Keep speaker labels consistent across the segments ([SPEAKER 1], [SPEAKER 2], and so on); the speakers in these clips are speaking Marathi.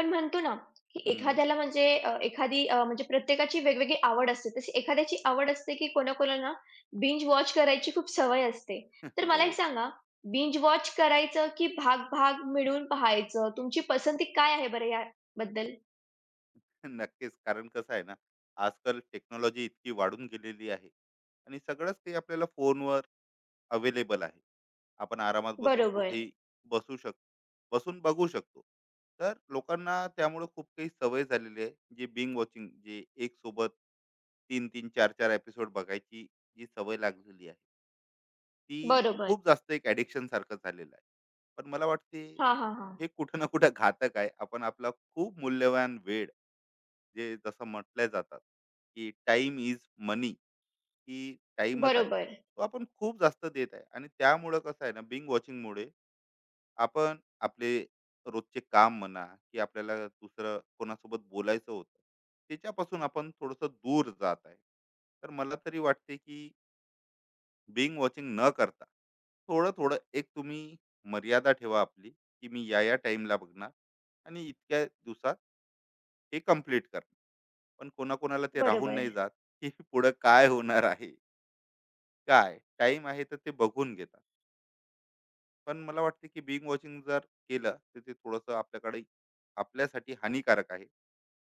[SPEAKER 1] आपण म्हणतो ना, की
[SPEAKER 2] हं.
[SPEAKER 1] एखाद्याला म्हणजे एखादी म्हणजे प्रत्येकाची वेगवेगळी आवड असते. तशी एखाद्याची आवड असते, की कोणाकोणाला ना बिंज वॉच करायची खूप सवय असते. तर मला एक
[SPEAKER 2] हो.
[SPEAKER 1] सांगा, बिंज वॉच करायचं, की भाग-भाग मिळून पाहायचं? तुमची पसंती काय आहे बरं याबद्दल?
[SPEAKER 2] नक्कीच. कारण कसं आहे ना, आजकाल टेक्नॉलॉजी इतकी वाढून गेलेली आहे आणि सगळंच काही आपल्याला फोनवर अवेलेबल आहे. आपण आरामात बसून
[SPEAKER 1] बरोबर,
[SPEAKER 2] कुठेही बसू शक बसून बघू शकतो. तर लोकांना त्यामुळे खूप काही सवय झालेली आहे. जे बिंग वॉचिंग जे एक सोबत तीन तीन चार 4 एपिसोड बघायची जी सवय लागलेली आहे, ती
[SPEAKER 1] बरोबर.
[SPEAKER 2] खूप जास्त एक ॲडिक्शनसारखं झालेलं आहे. पण मला वाटते
[SPEAKER 1] हां, हां, हां.
[SPEAKER 2] हे कुठं ना कुठं घातक आहे. आपण आपला खूप मूल्यवान वेळ, जे जसं म्हटलं जातात, की टाइम इज मनी, की टाईमच आहे.
[SPEAKER 1] बरोबर,
[SPEAKER 2] तो आपण खूप जास्त देत आहे आणि त्यामुळं कसं आहे ना, बिंग वॉचिंगमुळे आपण आपले रोजचे काम म्हणा, की आपल्याला दुसरं कोणासोबत बोलायचं होतं, त्याच्यापासून आपण थोडंसं दूर जात आहे. तर मला तरी वाटते, की बिंग वॉचिंग न करता थोडं थोडं एक तुम्ही मर्यादा ठेवा आपली, की मी या या टाइमला बघणार आणि इतक्या दिवसात हे कम्प्लीट करणार. पण कोणाकोणाला ते राहून
[SPEAKER 1] बरोबर.
[SPEAKER 2] नाही जात, की पुढं काय होणार आहे, काय टाइम आहे, तर ते बघून घेतात. पण मला वाटते, की बिंग वॉचिंग जर केलं, तर ते थोडंसं आपल्याकडे आपल्यासाठी हानिकारक आहे.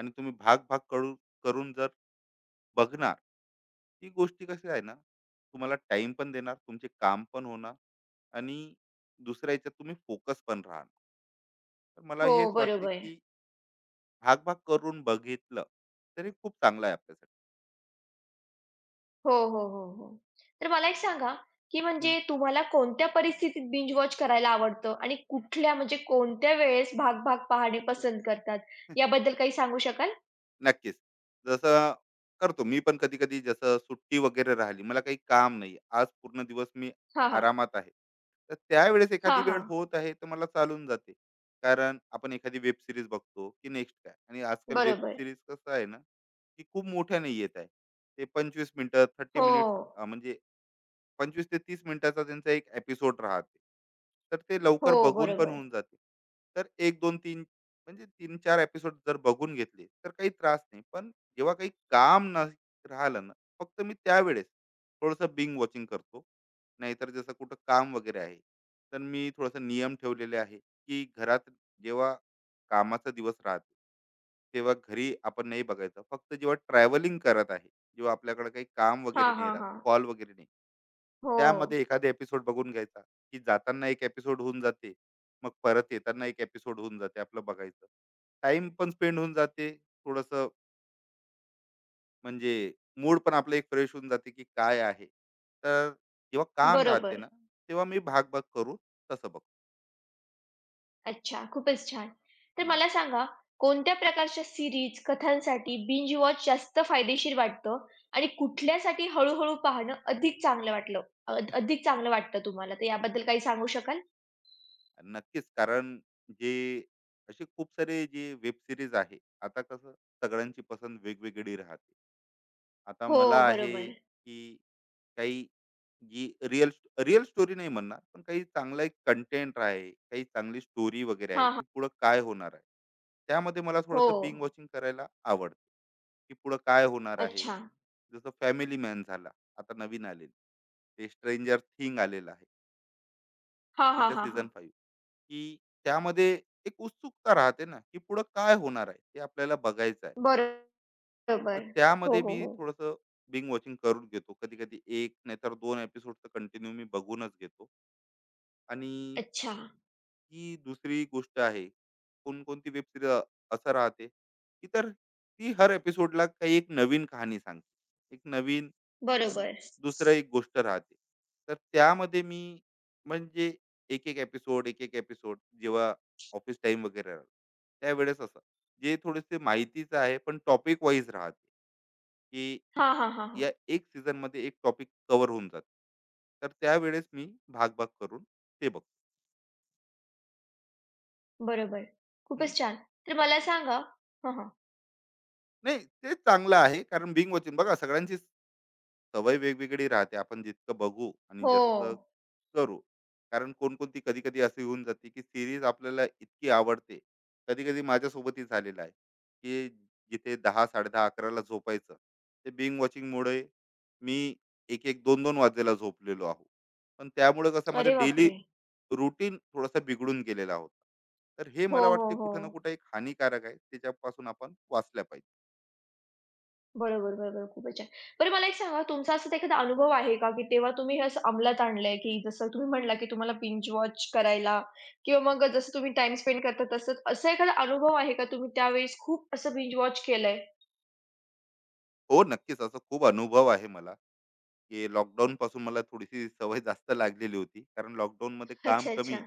[SPEAKER 2] आणि तुम्ही भाग भाग करून करून जर बघणार. ही गोष्टी कशी आहे ना, तुम्हाला टाइम पण देणार, तुमचे काम पण होणार आणि दुसऱ्या ह्याच्यात तुम्ही फोकस पण राहणार. तर मला
[SPEAKER 1] हो,
[SPEAKER 2] हेच वाटते,
[SPEAKER 1] बरोबर.
[SPEAKER 2] की भाग करून बघितलं, तरी खूप चांगलं आहे आपल्यासाठी.
[SPEAKER 1] हो, हो, हो, हो. तर मला एक सांगा, की
[SPEAKER 2] हं.
[SPEAKER 1] म्हणजे तुम्हाला कोणत्या परिस्थितीत बिंज वॉच करायला आवडतं आणि कुठल्या म्हणजे कोणत्या वेळेस भाग-भाग पाहणे पसंत करतात, याबद्दल काही सांगू शकाल?
[SPEAKER 2] नक्कीच. जसं करतो मी पण कधी-कधी. जसं सुट्टी वगैरे राहिली, मला काही काम नाही, आज पूर्ण दिवस मी
[SPEAKER 1] हां, हां.
[SPEAKER 2] आरामात आहे, तर त्यावेळेस एखादी
[SPEAKER 1] हां,
[SPEAKER 2] वेळ
[SPEAKER 1] हां.
[SPEAKER 2] होत आहे, तर मला चालून जाते. कारण आपण एखादी वेब सीरीज बघतो, की नेक्स्ट काय, आणि आजकाल वेब
[SPEAKER 1] बरोबर.
[SPEAKER 2] सीरीज कसं आहे ना, की खूप मोठ्याने येत आहे. ते 25 मिनिटं, थर्टी
[SPEAKER 1] हो.
[SPEAKER 2] मिनिट्स, म्हणजे पंचवीस ते तीस मिनिटाचा त्यांचा एक एपिसोड राहते. तर ते
[SPEAKER 1] हो,
[SPEAKER 2] लवकर बघून पण
[SPEAKER 1] बरोबर.
[SPEAKER 2] होऊन जाते. तर एक दोन तीन, म्हणजे 3-4 एपिसोड जर बघून घेतले, तर काही त्रास नाही. पण जेव्हा काही काम न राहिलं ना, फक्त मी त्यावेळेस थोडंसं बिंग वॉचिंग करतो. नाहीतर जसं कुठं काम वगैरे आहे, तर मी थोडासा नियम ठेवलेले आहे, की घरात जेव्हा कामाचा दिवस राहते, तेव्हा घरी आपण नाही बघायचं. फक्त जेव्हा ट्रॅव्हलिंग करत आहे, जेव्हा आपल्याकडे काही काम वगैरे
[SPEAKER 1] हां,
[SPEAKER 2] नाही
[SPEAKER 1] हां,
[SPEAKER 2] राहत,
[SPEAKER 1] हां.
[SPEAKER 2] कॉल वगैरे नाही,
[SPEAKER 1] हो.
[SPEAKER 2] त्यामध्ये एखादा एपिसोड बघून घ्यायचा, की जाताना एक एपिसोड होऊन जाते, मग परत येताना एक एपिसोड होऊन जाते आपलं बघायचं. टाइम पण स्पेंड होऊन जाते थोडंसं, म्हणजे मूड पण आपलं एक फ्रेश होऊन जाते, की काय आहे. तर जेव्हा काम राहते
[SPEAKER 1] बरोबर.
[SPEAKER 2] ना, तेव्हा मी भाग भाग करू, तसं बघ.
[SPEAKER 1] अच्छा, खूपच छान. तर मला सांगा, कोणत्या प्रकारच्या सीरीज, कथांसाठी बिंज वॉच जास्त फायदेशीर वाटतं आणि कुठल्यासाठी हळू-हळू पाहणं अधिक चांगलं अधिक चांगलं वाटतं तुम्हाला? तर याबद्दल काही सांगू शकाल?
[SPEAKER 2] नक्कीच. कारण जे असे खूप सारे जे वेब सिरीज आहे, आता कसं, सगळ्यांची पसंत वेगवेगळी राहते. आता
[SPEAKER 1] हो,
[SPEAKER 2] मला आहे,
[SPEAKER 1] बरोबर.
[SPEAKER 2] की काही जी रिअल रिअल स्टोरी नाही म्हणणार, पण काही चांगला एक कंटेंट आहे, काही चांगली स्टोरी वगैरे आहे,
[SPEAKER 1] हां, हां.
[SPEAKER 2] की पुढं काय होणार आहे. त्यामध्ये मला
[SPEAKER 1] हो.
[SPEAKER 2] थोडंसं बिंग वॉचिंग करायला आवडतं, की पुढं काय होणार आहे.
[SPEAKER 1] अच्छा.
[SPEAKER 2] जसं फॅमिली मॅन झाला, आता नवीन आलेली ते स्ट्रेंजर थिंग आलेलं आहे,
[SPEAKER 1] हां, हां,
[SPEAKER 2] त्याच्या
[SPEAKER 1] हां, हा
[SPEAKER 2] सीझन फाईव्ह, की त्यामध्ये एक उत्सुकता राहते ना, की पुढं काय होणार आहे, ते आपल्याला बघायचं आहे.
[SPEAKER 1] बरोबर.
[SPEAKER 2] तर
[SPEAKER 1] हो,
[SPEAKER 2] त्यामध्ये
[SPEAKER 1] हो,
[SPEAKER 2] मी
[SPEAKER 1] हो.
[SPEAKER 2] थोडंसं बिंग वॉचिंग करून घेतो. कधी-कधी एक नाहीतर 2 एपिसोड तर कंटिन्यू मी बघूनच घेतो. आणि
[SPEAKER 1] अच्छा.
[SPEAKER 2] ही दुसरी गोष्ट आहे, कोणकोणती वेब सीरीज असं राहते, की तर ती हर एपिसोडला काही एक नवीन कहाणी सांगते. एक नवीन
[SPEAKER 1] बरोबर.
[SPEAKER 2] दुसरं एक गोष्ट राहते. तर त्यामध्ये मी, म्हणजे एक-एक एपिसोड, एक-एक एपिसोड, जेव्हा ऑफिस टाईम वगैरे राहतो, त्यावेळेस असं, जे थोडेसे माहितीचं आहे पण टॉपिक वाईज राहते, की
[SPEAKER 1] हां, हां, हां, हां.
[SPEAKER 2] या एक सीझनमध्ये एक टॉपिक कव्हर होऊन जाते. तर त्यावेळेस मी भाग-भाग करून ते बघतो.
[SPEAKER 1] बरोबर.
[SPEAKER 2] हं.
[SPEAKER 1] खूपच छान. तर मला सांगा हां, हां.
[SPEAKER 2] नाही, ते चांगलं आहे. कारण बिंग वॉचिंग बघा, सगळ्यांची सवय वेगवेगळी राहते. आपण जितकं बघू आणि
[SPEAKER 1] हो.
[SPEAKER 2] जास्त करू. कारण कोणकोणती कधी कधी असं येऊन जाते, की सिरीज आपल्याला इतकी आवडते. कधी कधी माझ्यासोबतही झालेलं आहे, की जिथे दहा साडेदहा अकराला झोपायचं, ते बिंग वॉचिंगमुळे मी एक एक दोन दोन वाजेला झोपलेलो आहो. पण त्यामुळे कसं, माझं
[SPEAKER 1] अरे
[SPEAKER 2] डेली
[SPEAKER 1] बापरे!
[SPEAKER 2] रुटीन थोडासा बिघडून गेलेला होता. तर हे
[SPEAKER 1] हो,
[SPEAKER 2] मला
[SPEAKER 1] हो,
[SPEAKER 2] वाटते
[SPEAKER 1] हो.
[SPEAKER 2] कुठं ना कुठं एक हानिकारक आहे, त्याच्यापासून आपण वाचल्या पाहिजे.
[SPEAKER 1] बरोबर, बरोबर. खूपच छान. बरं मला एक सांगा तुमचा असाच एखादा अनुभव आहे का, की तेव्हा तुम्ही हे असं अंमलात आणलंय, की जसं तुम्ही म्हणला, की तुम्हाला बिंज वॉच करायला किंवा मग जसं तुम्ही टाईम स्पेंड करता तसंच असा एखादा अनुभव आहे का तुम्ही त्यावेळेस खूप असं बिंज वॉच केलंय?
[SPEAKER 2] हो, नक्कीच, असं खूप अनुभव आहे मला, की लॉकडाऊन पासून मला थोडीशी सवय जास्त लागलेली होती. कारण लॉकडाऊन मध्ये काम
[SPEAKER 1] अच्छा, अच्छा.
[SPEAKER 2] कमी,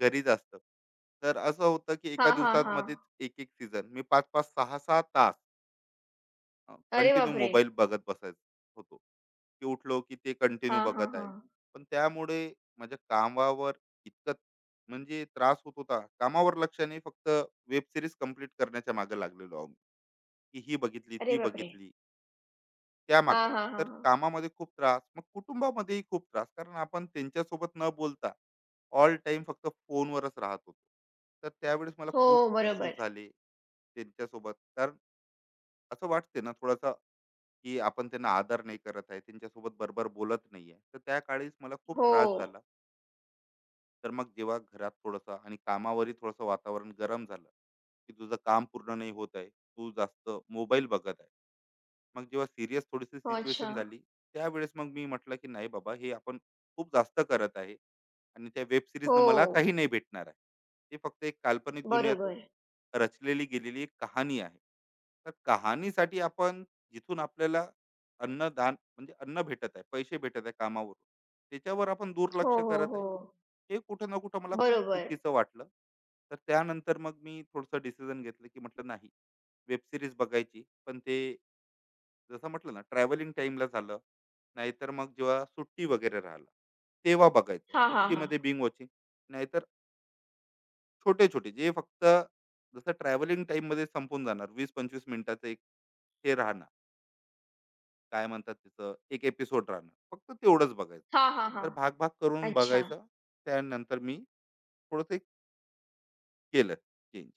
[SPEAKER 2] घरीच असतं. तर असं होतं की
[SPEAKER 1] हां,
[SPEAKER 2] एका
[SPEAKER 1] हां, हां.
[SPEAKER 2] दिवसामध्येच एक-एक सीझन मी 5 6-6 तास
[SPEAKER 1] अरे
[SPEAKER 2] कंटिन्यू
[SPEAKER 1] बापरे!
[SPEAKER 2] मोबाईल बघत बसायचो होतो. की उठलो की ते कंटिन्यू
[SPEAKER 1] हां, हां,
[SPEAKER 2] बघत आहे.
[SPEAKER 1] हां.
[SPEAKER 2] पण त्यामुळे माझ्या कामावर इतकं, म्हणजे त्रास होत होता. कामावर लक्ष नाही, फक्त वेब सीरीज कंप्लीट करण्याच्या मागे लागलेलो आहोत. की ही बघितली,
[SPEAKER 1] अरे
[SPEAKER 2] ती
[SPEAKER 1] बापरे!
[SPEAKER 2] बघितली,
[SPEAKER 1] हां,
[SPEAKER 2] त्यामागं.
[SPEAKER 1] हां, हां,
[SPEAKER 2] तर
[SPEAKER 1] हां.
[SPEAKER 2] कामामध्ये खूप त्रास, मग कुटुंबामध्येही खूप त्रास. कारण आपण त्यांच्यासोबत न बोलता ऑल टाइम फक्त फोनवरच राहत होतो. तर त्यावेळेस मला
[SPEAKER 1] हो,
[SPEAKER 2] खूप इश्यूज
[SPEAKER 1] बरोबर.
[SPEAKER 2] झाले त्यांच्यासोबत. कारण असं वाटते ना थोडासा, की आपण त्यांना आदर नाही करत आहे, त्यांच्यासोबत बरोबर बोलत नाही आहे. तर त्या काळीच मला खूप
[SPEAKER 1] हो.
[SPEAKER 2] त्रास झाला. तर मग जेव्हा घरात थोडंसं आणि कामावरही थोडंसं वातावरण गरम झालं, की तुझं काम पूर्ण नाही होत आहे, तू जास्त मोबाईल बघत आहे. मग जेव्हा सीरियस थोडीशी
[SPEAKER 1] हो, अच्छा.
[SPEAKER 2] सिच्युएशन झाली, त्यावेळेस मग मी म्हटलं, की नाही बाबा, हे आपण खूप जास्त करत आहे आणि त्या वेब सीरीजनं
[SPEAKER 1] हो.
[SPEAKER 2] मला काही नाही भेटणार आहे. ते फक्त एक काल्पनिक दुनियात
[SPEAKER 1] बरोबर.
[SPEAKER 2] रचलेली गेलेली एक कहाणी आहे. तर कहाणीसाठी आपण, जिथून आपल्याला अन्नदान म्हणजे अन्न भेटत आहे, पैसे भेटत आहे कामावरून, त्याच्यावर आपण
[SPEAKER 1] हो,
[SPEAKER 2] दुर्लक्ष
[SPEAKER 1] हो,
[SPEAKER 2] करत आहे.
[SPEAKER 1] हो.
[SPEAKER 2] हे कुठं ना कुठं मला खूप
[SPEAKER 1] बरोबर.
[SPEAKER 2] चुकीचं वाटलं. तर त्यानंतर मग मी थोडंसं डिसिजन घेतलं, की म्हटलं नाही, वेब सीरीज बघायची, पण ते जसं म्हटलं ना, ट्रॅव्हलिंग टाइमला झालं, नाहीतर मग जेव्हा सुट्टी वगैरे राहिला, तेव्हा बघायचं,
[SPEAKER 1] हां, हां, हां.
[SPEAKER 2] सुट्टीमध्ये बिंग वॉचिंग. नाहीतर छोटे छोटे, जे फक्त जसं ट्रॅव्हलिंग मध्ये संपून जाणार, वीस पंचवीस मिनिटाचं एक हे राहणार, काय म्हणतात तिचं, एक एपिसोड राहणार, फक्त तेवढंच बघायचं.
[SPEAKER 1] हां, हां, हां.
[SPEAKER 2] तर भाग भाग करून
[SPEAKER 1] अच्छा.
[SPEAKER 2] बघायचं. त्यानंतर मी थोडंसं एक केलं चेंज.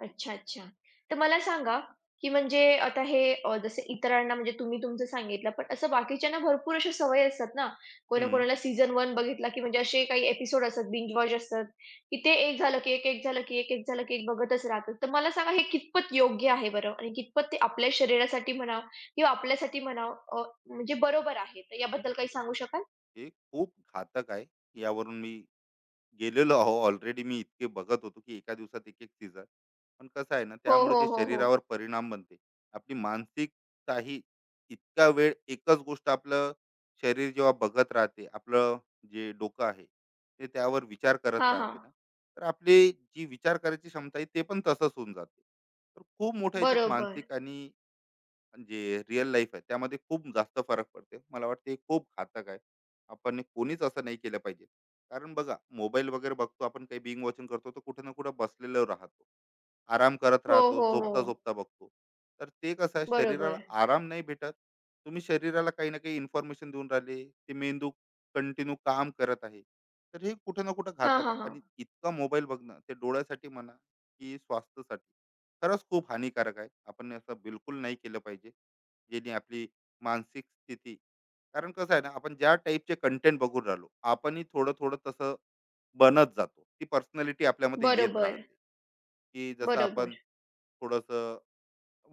[SPEAKER 1] अच्छा, अच्छा. तर मला सांगा, की म्हणजे आता जसे इतरांना म्हणजे तुम्ही तुमचं सांगितलं, पण असं बाकीच्यांना भरपूर अशा सवयी असतात ना, कोणाकोणाला सीझन 1 बघितला, की म्हणजे असे काही एपिसोड असतात, बिंज वॉच असतात, की ते एक झालं की एक, एक झालं की एक, एक झालं की एक बघतच राहतात. तर मला सांगा हे कितपत योग्य आहे बरं? आणि कितपत ते आपल्या शरीरासाठी म्हणा किंवा आपल्यासाठी म्हणा अ, म्हणजे बरोबर आहे. तर याबद्दल काही सांगू शकाल?
[SPEAKER 2] हे खूप घातक आहे. यावरून मी गेलेलो आहो. ऑलरेडी मी इतके बघत होतो, की एका दिवसात एक एक सीझन. पण कसं आहे ना,
[SPEAKER 1] हो,
[SPEAKER 2] त्यामुळे
[SPEAKER 1] हो,
[SPEAKER 2] जे
[SPEAKER 1] हो, हो.
[SPEAKER 2] शरीरावर परिणाम बनते, आपली मानसिकताही. इतका वेळ एकच गोष्ट आपलं शरीर जेव्हा बघत राहते, आपलं जे डोकं आहे, ते त्यावर विचार करत
[SPEAKER 1] हां, हां.
[SPEAKER 2] राहते ना. तर आपली जी विचार करायची क्षमता आहे, ते पण तसंच होऊन जाते. तर खूप मोठ्या याच्यात
[SPEAKER 1] बरोबर.
[SPEAKER 2] मानसिक आणि जे रिअल लाईफ आहे, त्यामध्ये खूप जास्त फरक पडते. मला वाटते हे खूप घातक आहे, आपण हे कोणीच असं नाही केलं पाहिजे. कारण बघा मोबाईल वगैरे बघतो आपण, काही बिंग वॉचिंग करतो, तर कुठे ना कुठे बसलेलं राहतो, आराम करत
[SPEAKER 1] हो,
[SPEAKER 2] राहतो,
[SPEAKER 1] हो, हो.
[SPEAKER 2] झोपता-झोपता बघतो. तर ते कसं आहे, शरीराला
[SPEAKER 1] बरोबर.
[SPEAKER 2] आराम नाही भेटत. तुम्ही शरीराला काही ना काही इन्फॉर्मेशन देऊन राहिले, ते मेंदू कंटिन्यू काम करत आहे. तर हे कुठे ना कुठे
[SPEAKER 1] हां,
[SPEAKER 2] घातक
[SPEAKER 1] हां,
[SPEAKER 2] आहे.
[SPEAKER 1] हां.
[SPEAKER 2] आणि इतका मोबाईल बघणं, ते डोळ्यासाठी म्हणा, की स्वास्थ्यासाठी, खरंच खूप हानिकारक आहे. आपण असं बिलकुल नाही केलं पाहिजे. ज्याने आपली मानसिक स्थिती, कारण कसं आहे ना, आपण ज्या टाईपचे कंटेंट बघून राहिलो, आपणही थोडं-थोडं तसं बनत जातो. ती पर्सनॅलिटी आपल्यामध्ये येत
[SPEAKER 1] बरोबर.
[SPEAKER 2] राहते. की जसं
[SPEAKER 1] बरोबर.
[SPEAKER 2] आपण थोडंसं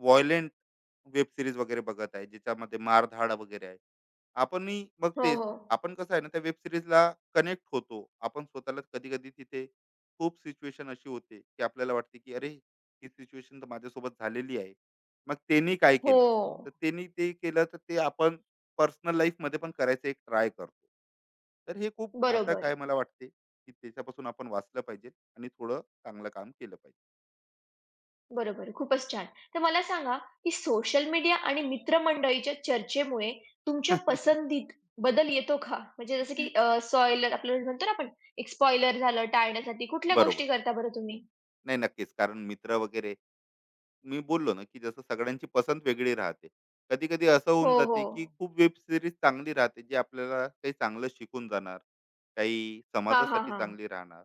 [SPEAKER 2] वॉयलेंट वेब सिरीज वगैरे बघत आहे, ज्याच्यामध्ये मारधाड वगैरे आहे, आपणही मग
[SPEAKER 1] हो,
[SPEAKER 2] तेच.
[SPEAKER 1] हो.
[SPEAKER 2] आपण कसं आहे ना, त्या वेब सिरीजला कनेक्ट होतो आपण स्वतःला, कधी कधी तिथे खूप सिच्युएशन अशी होते, की आपल्याला वाटते, की अरे ही सिच्युएशन तर माझ्यासोबत झालेली आहे. मग त्यांनी काय
[SPEAKER 1] हो.
[SPEAKER 2] केलं, तर त्यांनी ते केलं, तर ते आपण पर्सनल लाईफमध्ये पण करायचं एक ट्राय करतो. तर हे खूप घातक
[SPEAKER 1] बरोबर,
[SPEAKER 2] आहे. मला वाटते की त्याच्यापासून आपण वाचलं पाहिजे आणि थोडं चांगलं काम केलं
[SPEAKER 1] बरोबर. खूपच छान. तर मला सांगा, की सोशल मीडिया आणि मित्रमंडळीच्या चर्चेमुळे
[SPEAKER 2] पाहिजे.
[SPEAKER 1] तुमच्या पसंतीत बदल येतो का? म्हणजे जसं की सॉइलर आपल्याला म्हणतो ना आपण, एक स्पॉइलर झालं टाळण्यासाठी कुठल्या
[SPEAKER 2] बरोबर.
[SPEAKER 1] गोष्टी करता बरं तुम्ही?
[SPEAKER 2] नाही, नक्कीच. कारण मित्र वगैरे, मी बोललो ना, की जसं सगळ्यांची पसंत वेगळी राहते. कधी-कधी असं
[SPEAKER 1] हो,
[SPEAKER 2] होऊन जाते, की
[SPEAKER 1] हो.
[SPEAKER 2] खूप वेब सीरीज चांगली राहते, जी आपल्याला काही चांगलं शिकून जाणार, काही
[SPEAKER 1] हां, हां,
[SPEAKER 2] समाजासाठी
[SPEAKER 1] हां.
[SPEAKER 2] चांगली राहणार.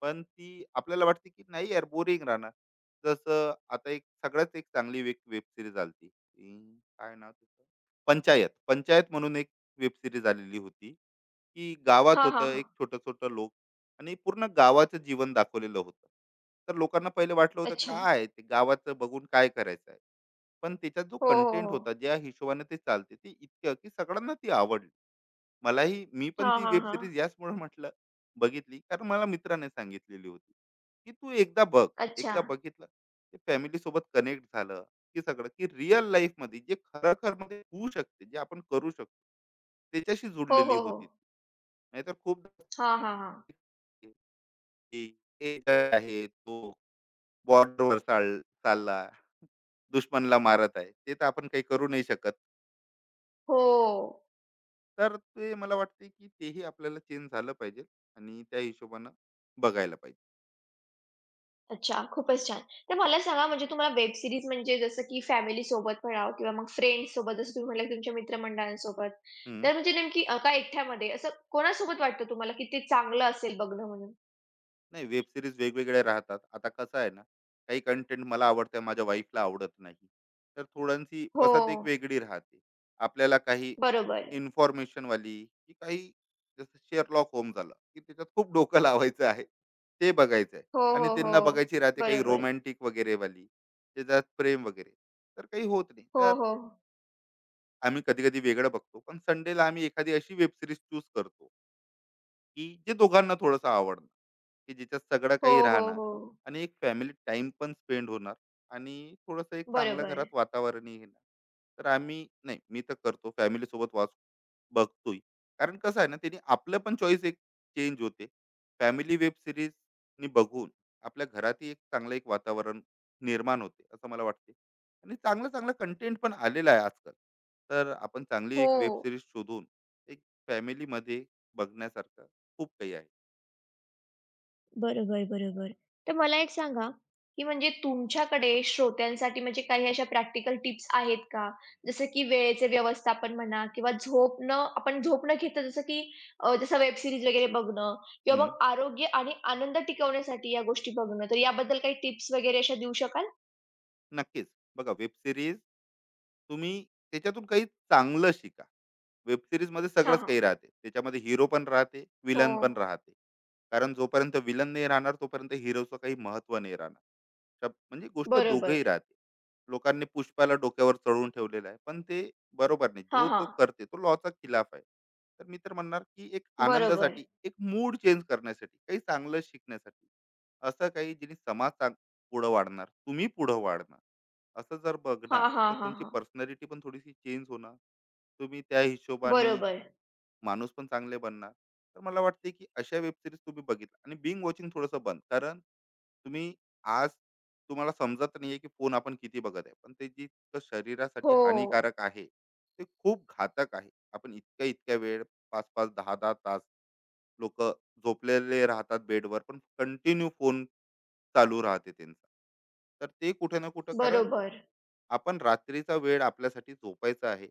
[SPEAKER 2] पण ती आपल्याला वाटते, की नाही यार, बोरिंग राहणार. जसं आता एक सगळ्यात एक चांगली एक वेब सीरीज आली, ती काय नाव तिचं? पंचायत. पंचायत म्हणून एक वेब सीरीज आलेली होती, की गावात
[SPEAKER 1] हां, हां,
[SPEAKER 2] होतं
[SPEAKER 1] हां.
[SPEAKER 2] एक छोटं-छोटं लोक आणि पूर्ण गावाचं जीवन दाखवलेलं होतं. तर लोकांना पहिले वाटलं होतं,
[SPEAKER 1] अच्छा.
[SPEAKER 2] काय ते गावाचं बघून काय करायचं आहे. पण त्याच्यात जो
[SPEAKER 1] हो, हो,
[SPEAKER 2] कंटेंट
[SPEAKER 1] हो.
[SPEAKER 2] होता, ज्या हिशोबाने ते चालते, ते इतकं, की सगळ्यांना ती आवडली. मलाही, मी पण
[SPEAKER 1] हां,
[SPEAKER 2] ती
[SPEAKER 1] हां,
[SPEAKER 2] वेब
[SPEAKER 1] हां.
[SPEAKER 2] सिरीज याचमुळे म्हटलं बघितली, कारण मला मित्राने सांगितलेली होती, की तू एकदा बघ.
[SPEAKER 1] अच्छा.
[SPEAKER 2] एकदा बघितलं, ते फॅमिली सोबत कनेक्ट झालं, की सगळं, की रिअल लाईफ मध्ये जे खरखर मध्ये होऊ शकते, जे आपण करू शकतो, त्याच्याशी
[SPEAKER 1] हो,
[SPEAKER 2] जुडलेली
[SPEAKER 1] हो, हो.
[SPEAKER 2] होती ती. नाहीतर खूप,
[SPEAKER 1] हां, हां, हां.
[SPEAKER 2] की एक आहे तो बॉर्डरवर चाल चालला, दुश्मनला मारत आहे, ते तर आपण काही करू नाही शकत.
[SPEAKER 1] हो.
[SPEAKER 2] तर ते मला वाटते, की तेही आपल्याला चेंज झालं पाहिजे आणि त्या हिशोबानं बघायला पाहिजे.
[SPEAKER 1] अच्छा, खूपच छान. तर मला सांगा म्हणजे तुम्हाला वेब सीरीज म्हणजे जसं की फॅमिलीसोबत म्हणावं किंवा मग फ्रेंड्ससोबत जसं तुम्ही म्हणालात तुमच्या मित्रमंडळांसोबत. तर म्हणजे नेमकी का एकट्यामध्ये असं कोणासोबत वाटतं तुम्हाला की ते चांगलं असेल बघणं म्हणून?
[SPEAKER 2] नाही, वेब सिरीज वेगवेगळ्या राहतात. आता कसं आहे ना, काही कंटेंट मला आवडतं, माझ्या वाईफला आवडत नाही. तर थोड्यांची
[SPEAKER 1] हो.
[SPEAKER 2] पसंत एक वेगळी राहते. आपल्याला काही
[SPEAKER 1] बरोबर.
[SPEAKER 2] इन्फॉर्मेशन वाली, की काही जसं शेअरलॉक होम झालं, की त्याच्यात खूप डोकं लावायचं आहे, ते बघायचं आहे.
[SPEAKER 1] हो,
[SPEAKER 2] आणि
[SPEAKER 1] हो,
[SPEAKER 2] त्यांना
[SPEAKER 1] हो.
[SPEAKER 2] बघायची राहते काही
[SPEAKER 1] बरोबर.
[SPEAKER 2] रोमॅन्टिक वगैरे वाली, त्याच्यात प्रेम वगैरे, तर काही होत नाही.
[SPEAKER 1] हो,
[SPEAKER 2] तर
[SPEAKER 1] हो.
[SPEAKER 2] आम्ही कधी कधी वेगळं बघतो, पण संडेला आम्ही एखादी अशी वेब सिरीज चूज करतो, की जे दोघांना थोडंसं आवडणार, की ज्याच्यात सगळं
[SPEAKER 1] हो,
[SPEAKER 2] काही
[SPEAKER 1] हो,
[SPEAKER 2] राहणार
[SPEAKER 1] हो.
[SPEAKER 2] आणि एक फॅमिली टाइम पण स्पेंड होणार आणि थोडंसं एक चांगलं घरात
[SPEAKER 1] बरोबर.
[SPEAKER 2] वातावरणही येणार. तर आम्ही, नाही, मी तर करतो फॅमिली सोबत वाच बघतोय. कारण कसं आहे ना, त्यांनी आपलं पण चॉईस एक चेंज होते. फॅमिली वेब सिरीज बघून आपल्या घरातही एक चांगलं एक वातावरण निर्माण होते, असं मला वाटते. आणि चांगलं चांगलं कंटेंट पण आलेलं आहे आजकाल. तर आपण चांगली
[SPEAKER 1] हो.
[SPEAKER 2] एक वेब सिरीज शोधून एक फॅमिलीमध्ये बघण्यासारखं खूप काही आहे.
[SPEAKER 1] बरोबर, बरोबर. तर मला एक सांगा, की म्हणजे तुमच्याकडे श्रोत्यांसाठी म्हणजे काही अशा प्रॅक्टिकल टिप्स आहेत का? जसं की वेळेचे व्यवस्थापन म्हणा किंवा झोप न आपण झोप न घेता जसं की जसं वेब सीरीज वगैरे बघणं किंवा
[SPEAKER 2] हं,
[SPEAKER 1] मग आरोग्य आणि आनंद टिकवण्यासाठी या गोष्टी बघणं. तर याबद्दल काही टिप्स वगैरे अशा देऊ शकाल?
[SPEAKER 2] नक्कीच. बघा, वेब सीरीज तुम्ही त्याच्यातून काही चांगलं शिका. वेब सीरीजमध्ये
[SPEAKER 1] हां,
[SPEAKER 2] सगळंच
[SPEAKER 1] हां.
[SPEAKER 2] काही राहते. त्याच्यामध्ये हीरो पण राहते,
[SPEAKER 1] हो.
[SPEAKER 2] विलन पण राहते. कारण जोपर्यंत विलन नाही राहणार, तोपर्यंत हीरोचं काही महत्त्व नाही राहणार. शब म्हणजे गोष्ट
[SPEAKER 1] बरोबर.
[SPEAKER 2] दोघंही राहते. लोकांनी पुष्पाला डोक्यावर चढवून ठेवलेलं आहे, पण ते बरोबर नाही.
[SPEAKER 1] हां,
[SPEAKER 2] जो तो
[SPEAKER 1] हां.
[SPEAKER 2] करते तो लॉचा खिलाफ आहे. तर मी तर म्हणणार, की एक
[SPEAKER 1] बरोबर.
[SPEAKER 2] आनंदासाठी, एक मूड चेंज करण्यासाठी, काही चांगलं शिकण्यासाठी, असं काही ज्यांनी समाज पुढं वाढणार, तुम्ही पुढं वाढणार, असं जर
[SPEAKER 1] हां,
[SPEAKER 2] बघणार,
[SPEAKER 1] हां,
[SPEAKER 2] तर
[SPEAKER 1] हां,
[SPEAKER 2] तुमची
[SPEAKER 1] हां.
[SPEAKER 2] पर्सनॅलिटी पण थोडीशी चेंज होणार. तुम्ही त्या हिशोबाने
[SPEAKER 1] बरोबर.
[SPEAKER 2] माणूस पण चांगले बनणार. तर मला वाटते, की अशा वेबसिरीज तुम्ही बघितल्या आणि बिंग वॉचिंग थोडंसं बंद. कारण तुम्ही आज, तुम्हाला समजत नाहीये की फोन आपण किती बघत आहे, पण ते जितकं शरीरासाठी
[SPEAKER 1] हो.
[SPEAKER 2] हानिकारक आहे, ते खूप घातक आहे. आपण इतक्या इतक्या वेळ, पाच पाच दहा दहा तास लोक झोपलेले राहतात बेडवर, पण कंटिन्यू फोन चालू राहते त्यांचं. तर ते कुठे ना कुठं, कारण
[SPEAKER 1] बरोबर.
[SPEAKER 2] आपण रात्रीचा वेळ आपल्यासाठी झोपायचा आहे,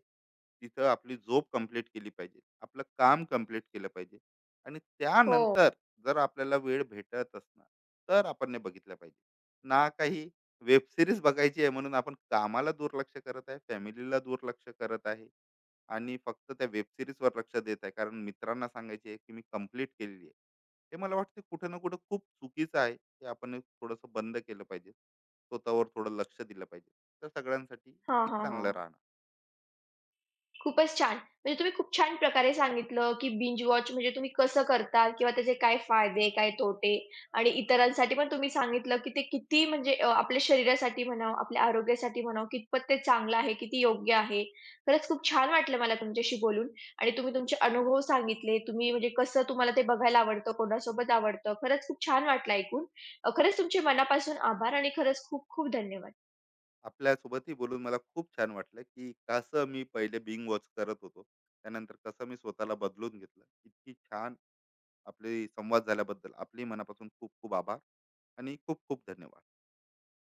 [SPEAKER 2] तिथं आपली झोप कंप्लीट केली पाहिजे, आपलं काम कंप्लीट केलं पाहिजे. आणि
[SPEAKER 1] हो.
[SPEAKER 2] त्यानंतर जर आपल्याला वेळ भेटत असणार, तर आपण हे बघितलं पाहिजे ना. काही वेब सिरीज बघायची आहे म्हणून आपण कामाला दुर्लक्ष करत आहे, फॅमिलीला दुर्लक्ष करत आहे, आणि फक्त त्या वेब सिरीजवर लक्ष देत आहे, कारण मित्रांना सांगायचे आहे की मी कंप्लीट केलेली आहे. हे मला वाटते कुठं ना कुठं खूप चुकीचं आहे. हे आपण थोडंसं बंद केलं पाहिजे, स्वतःवर थोडं लक्ष दिलं पाहिजे, तर सगळ्यांसाठी
[SPEAKER 1] हां,
[SPEAKER 2] एक
[SPEAKER 1] हां,
[SPEAKER 2] चांगलं
[SPEAKER 1] हां.
[SPEAKER 2] राहणं.
[SPEAKER 1] खूपच छान. म्हणजे तुम्ही खूप छान प्रकारे सांगितलं, की बिंज वॉच म्हणजे तुम्ही कसं करता किंवा त्याचे काय फायदे, काय तोटे आणि इतरांसाठी पण तुम्ही सांगितलं, की ते किती म्हणजे आपल्या शरीरासाठी म्हणा, आपल्या आरोग्यासाठी म्हणा, कितपत ते चांगलं आहे, किती योग्य आहे. खरंच खूप छान वाटलं मला तुमच्याशी बोलून आणि तुम्ही तुमचे अनुभव सांगितले. तुम्ही म्हणजे कसं तुम्हाला ते बघायला आवडतं, कोणासोबत आवडतं. खरंच खूप छान वाटलं ऐकून. खरंच तुमचे मनापासून आभार आणि खरंच खूप खूप धन्यवाद.
[SPEAKER 2] आपल्यासोबतही बोलून मला खूप छान वाटलं, की कसं मी पहिले बिंग वॉच करत होतो, त्यानंतर कसं मी स्वतःला बदलून घेतलं. इतकी छान आपले संवाद झाल्याबद्दल आपली मनापासून खूप खूप आभार आणि खूप खूप धन्यवाद.